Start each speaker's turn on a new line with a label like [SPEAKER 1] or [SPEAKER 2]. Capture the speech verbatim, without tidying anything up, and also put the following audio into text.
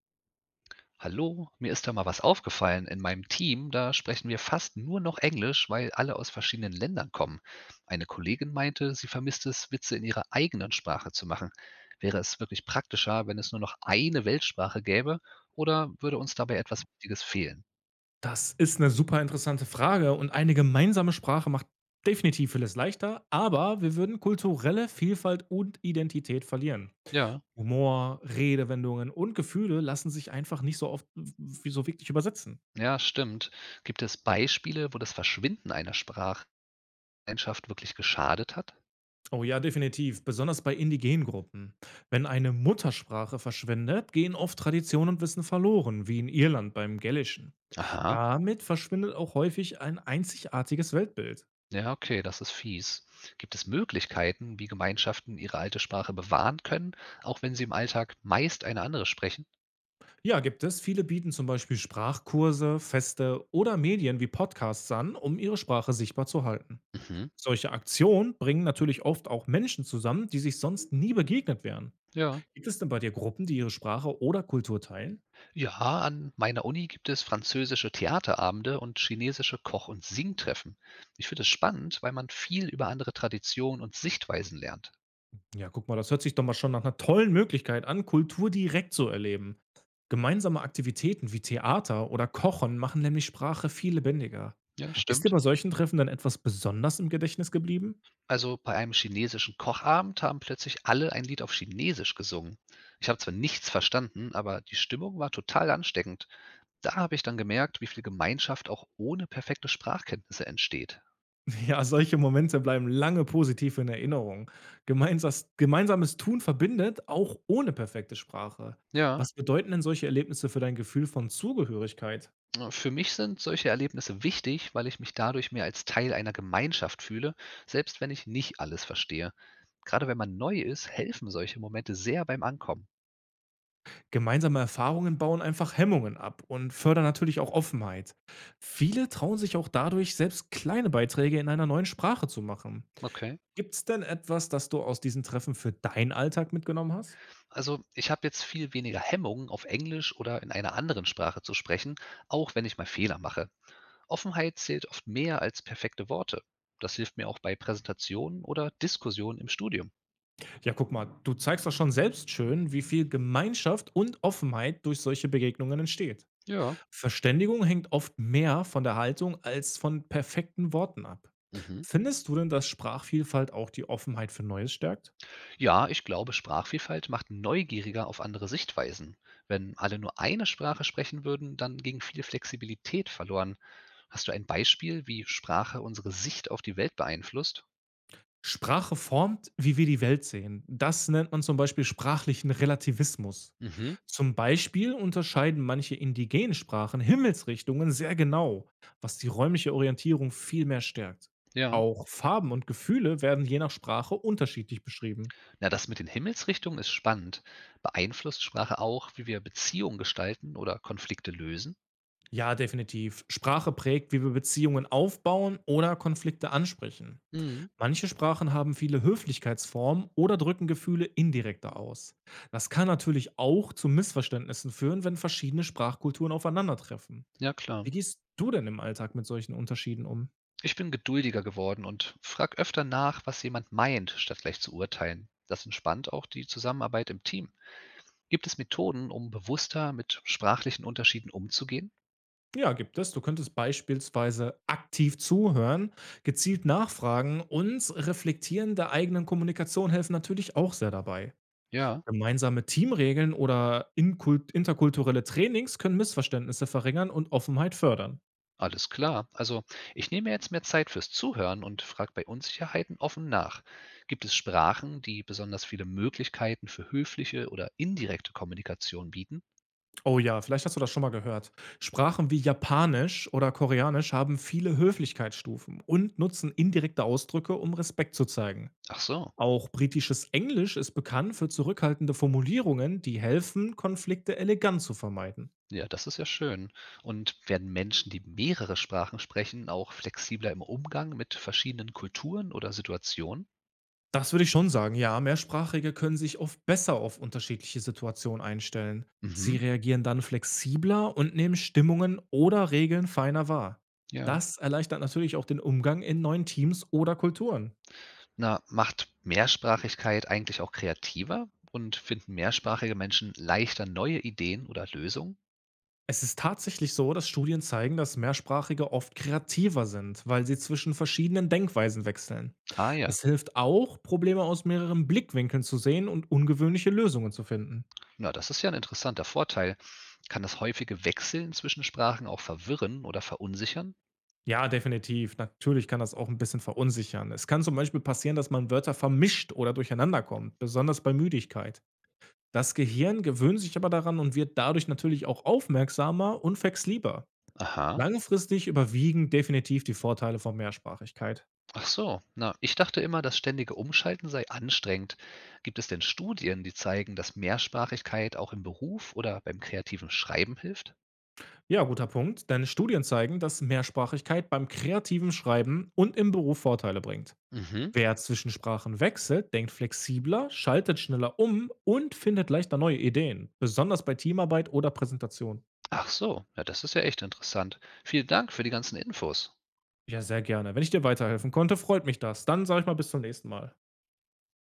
[SPEAKER 1] Hallo, mir ist da mal was aufgefallen. In meinem Team, da sprechen wir fast nur noch Englisch, weil alle aus verschiedenen Ländern kommen. Eine Kollegin meinte, sie vermisst es, Witze in ihrer eigenen Sprache zu machen. Wäre es wirklich praktischer, wenn es nur noch eine Weltsprache gäbe, oder würde uns dabei etwas Wichtiges fehlen?
[SPEAKER 2] Das ist eine super interessante Frage und eine gemeinsame Sprache macht definitiv vieles leichter, aber wir würden kulturelle Vielfalt und Identität verlieren.
[SPEAKER 1] Ja,
[SPEAKER 2] Humor, Redewendungen und Gefühle lassen sich einfach nicht so oft wie so wirklich übersetzen.
[SPEAKER 1] ja, stimmt. Gibt es Beispiele, wo das Verschwinden einer Sprachgemeinschaft wirklich geschadet hat?
[SPEAKER 2] Oh ja, definitiv, besonders bei indigenen Gruppen. Wenn eine Muttersprache verschwindet, gehen oft Tradition und Wissen verloren, wie in Irland beim Gälischen.
[SPEAKER 1] Aha.
[SPEAKER 2] Damit verschwindet auch häufig ein einzigartiges Weltbild.
[SPEAKER 1] Ja, okay, das ist fies. Gibt es Möglichkeiten, wie Gemeinschaften ihre alte Sprache bewahren können, auch wenn sie im Alltag meist eine andere sprechen?
[SPEAKER 2] Ja, gibt es. Viele bieten zum Beispiel Sprachkurse, Feste oder Medien wie Podcasts an, um ihre Sprache sichtbar zu halten.
[SPEAKER 1] Mhm.
[SPEAKER 2] Solche Aktionen bringen natürlich oft auch Menschen zusammen, die sich sonst nie begegnet wären.
[SPEAKER 1] Ja.
[SPEAKER 2] Gibt es denn bei dir Gruppen, die ihre Sprache oder Kultur teilen?
[SPEAKER 1] Ja, an meiner Uni gibt es französische Theaterabende und chinesische Koch- und Singtreffen. Ich finde es spannend, weil man viel über andere Traditionen und Sichtweisen lernt.
[SPEAKER 2] Ja, guck mal, das hört sich doch mal schon nach einer tollen Möglichkeit an, Kultur direkt zu erleben. Gemeinsame Aktivitäten wie Theater oder Kochen machen nämlich Sprache viel lebendiger.
[SPEAKER 1] Ja,
[SPEAKER 2] Ist dir
[SPEAKER 1] stimmt.
[SPEAKER 2] bei solchen Treffen dann etwas besonders im Gedächtnis geblieben?
[SPEAKER 1] Also bei einem chinesischen Kochabend haben plötzlich alle ein Lied auf Chinesisch gesungen. Ich habe zwar nichts verstanden, aber die Stimmung war total ansteckend. Da habe ich dann gemerkt, wie viel Gemeinschaft auch ohne perfekte Sprachkenntnisse entsteht.
[SPEAKER 2] Ja, solche Momente bleiben lange positiv in Erinnerung. Gemeinsas Gemeinsames Tun verbindet, auch ohne perfekte Sprache.
[SPEAKER 1] Ja,
[SPEAKER 2] Was bedeuten denn solche Erlebnisse für dein Gefühl von Zugehörigkeit?
[SPEAKER 1] äh, für mich sind solche Erlebnisse wichtig, weil ich mich dadurch mehr als Teil einer Gemeinschaft fühle, selbst wenn ich nicht alles verstehe. Gerade wenn man neu ist, helfen solche Momente sehr beim Ankommen.
[SPEAKER 2] Gemeinsame Erfahrungen bauen einfach Hemmungen ab und fördern natürlich auch Offenheit. Viele trauen sich auch dadurch, selbst kleine Beiträge in einer neuen Sprache zu machen.
[SPEAKER 1] Okay.
[SPEAKER 2] Gibt's denn etwas, das du aus diesen Treffen für deinen Alltag mitgenommen hast?
[SPEAKER 1] Also ich habe jetzt viel weniger Hemmungen, auf Englisch oder in einer anderen Sprache zu sprechen, auch wenn ich mal Fehler mache. Offenheit zählt oft mehr als perfekte Worte. Das hilft mir auch bei Präsentationen oder Diskussionen im Studium.
[SPEAKER 2] Ja, guck mal, du zeigst doch schon selbst schön, wie viel Gemeinschaft und Offenheit durch solche Begegnungen entsteht.
[SPEAKER 1] Ja.
[SPEAKER 2] Verständigung hängt oft mehr von der Haltung als von perfekten Worten ab.
[SPEAKER 1] Mhm.
[SPEAKER 2] Findest du denn, dass Sprachvielfalt auch die Offenheit für Neues stärkt?
[SPEAKER 1] Ja, ich glaube, Sprachvielfalt macht neugieriger auf andere Sichtweisen. Wenn alle nur eine Sprache sprechen würden, dann ging viel Flexibilität verloren. Hast du ein Beispiel, wie Sprache unsere Sicht auf die Welt beeinflusst?
[SPEAKER 2] Sprache formt, wie wir die Welt sehen. Das nennt man zum Beispiel sprachlichen Relativismus.
[SPEAKER 1] Mhm,
[SPEAKER 2] Zum Beispiel unterscheiden manche indigenen Sprachen Himmelsrichtungen sehr genau, was die räumliche Orientierung viel mehr stärkt.
[SPEAKER 1] ja.
[SPEAKER 2] Auch Farben und Gefühle werden je nach Sprache unterschiedlich beschrieben.
[SPEAKER 1] Na, das mit den Himmelsrichtungen ist spannend. Beeinflusst Sprache auch, wie wir Beziehungen gestalten oder Konflikte lösen?
[SPEAKER 2] Ja, definitiv. Sprache prägt, wie wir Beziehungen aufbauen oder Konflikte ansprechen.
[SPEAKER 1] Mhm,
[SPEAKER 2] Manche Sprachen haben viele Höflichkeitsformen oder drücken Gefühle indirekter aus. Das kann natürlich auch zu Missverständnissen führen, wenn verschiedene Sprachkulturen aufeinandertreffen.
[SPEAKER 1] ja klar.
[SPEAKER 2] Wie gehst du denn im Alltag mit solchen Unterschieden um?
[SPEAKER 1] Ich bin geduldiger geworden und frag öfter nach, was jemand meint, statt gleich zu urteilen. Das entspannt auch die Zusammenarbeit im Team. Gibt es Methoden, um bewusster mit sprachlichen Unterschieden umzugehen?
[SPEAKER 2] Ja, gibt es. Du könntest beispielsweise aktiv zuhören, gezielt nachfragen und reflektieren der eigenen Kommunikation helfen natürlich auch sehr dabei.
[SPEAKER 1] Ja.
[SPEAKER 2] Gemeinsame Teamregeln oder inkult interkulturelle Trainings können Missverständnisse verringern und Offenheit fördern.
[SPEAKER 1] Alles klar. Also ich nehme jetzt mehr Zeit fürs Zuhören und frage bei Unsicherheiten offen nach. Gibt es Sprachen, die besonders viele Möglichkeiten für höfliche oder indirekte Kommunikation bieten?
[SPEAKER 2] Oh ja, vielleicht hast du das schon mal gehört. Sprachen wie Japanisch oder Koreanisch haben viele Höflichkeitsstufen und nutzen indirekte Ausdrücke, um Respekt zu zeigen.
[SPEAKER 1] Ach so.
[SPEAKER 2] Auch britisches Englisch ist bekannt für zurückhaltende Formulierungen, die helfen, Konflikte elegant zu vermeiden.
[SPEAKER 1] Ja, das ist ja schön. Und werden Menschen, die mehrere Sprachen sprechen, auch flexibler im Umgang mit verschiedenen Kulturen oder Situationen?
[SPEAKER 2] Das würde ich schon sagen, ja. Mehrsprachige können sich oft besser auf unterschiedliche Situationen einstellen. Sie
[SPEAKER 1] Mhm.
[SPEAKER 2] reagieren dann flexibler und nehmen Stimmungen oder Regeln feiner wahr.
[SPEAKER 1] Ja.
[SPEAKER 2] Das erleichtert natürlich auch den Umgang in neuen Teams oder Kulturen.
[SPEAKER 1] Na, macht Mehrsprachigkeit eigentlich auch kreativer? Und finden mehrsprachige Menschen leichter neue Ideen oder Lösungen?
[SPEAKER 2] Es ist tatsächlich so, dass Studien zeigen, dass Mehrsprachige oft kreativer sind, weil sie zwischen verschiedenen Denkweisen wechseln.
[SPEAKER 1] Ah ja,
[SPEAKER 2] Es hilft auch, Probleme aus mehreren Blickwinkeln zu sehen und ungewöhnliche Lösungen zu finden.
[SPEAKER 1] na, das ist ja ein interessanter Vorteil. Kann das häufige Wechseln zwischen Sprachen auch verwirren oder verunsichern?
[SPEAKER 2] Ja, definitiv. Natürlich kann das auch ein bisschen verunsichern. Es kann zum Beispiel passieren, dass man Wörter vermischt oder durcheinander kommt, besonders bei Müdigkeit. Das Gehirn gewöhnt sich aber daran und wird dadurch natürlich auch aufmerksamer und flexibler.
[SPEAKER 1] Aha,
[SPEAKER 2] Langfristig überwiegen definitiv die Vorteile von Mehrsprachigkeit.
[SPEAKER 1] ach so. Na, ich dachte immer, das ständige Umschalten sei anstrengend. Gibt es denn Studien, die zeigen, dass Mehrsprachigkeit auch im Beruf oder beim kreativen Schreiben hilft?
[SPEAKER 2] Ja, guter Punkt, denn Studien zeigen, dass Mehrsprachigkeit beim kreativen Schreiben und im Beruf Vorteile bringt.
[SPEAKER 1] Mhm.
[SPEAKER 2] Wer zwischen Sprachen wechselt, denkt flexibler, schaltet schneller um und findet leichter neue Ideen, besonders bei Teamarbeit oder Präsentation.
[SPEAKER 1] Ach so, ja, das ist ja echt interessant. Vielen Dank für die ganzen Infos.
[SPEAKER 2] Ja, sehr gerne. Wenn ich dir weiterhelfen konnte, freut mich das. Dann sage ich mal bis zum nächsten Mal.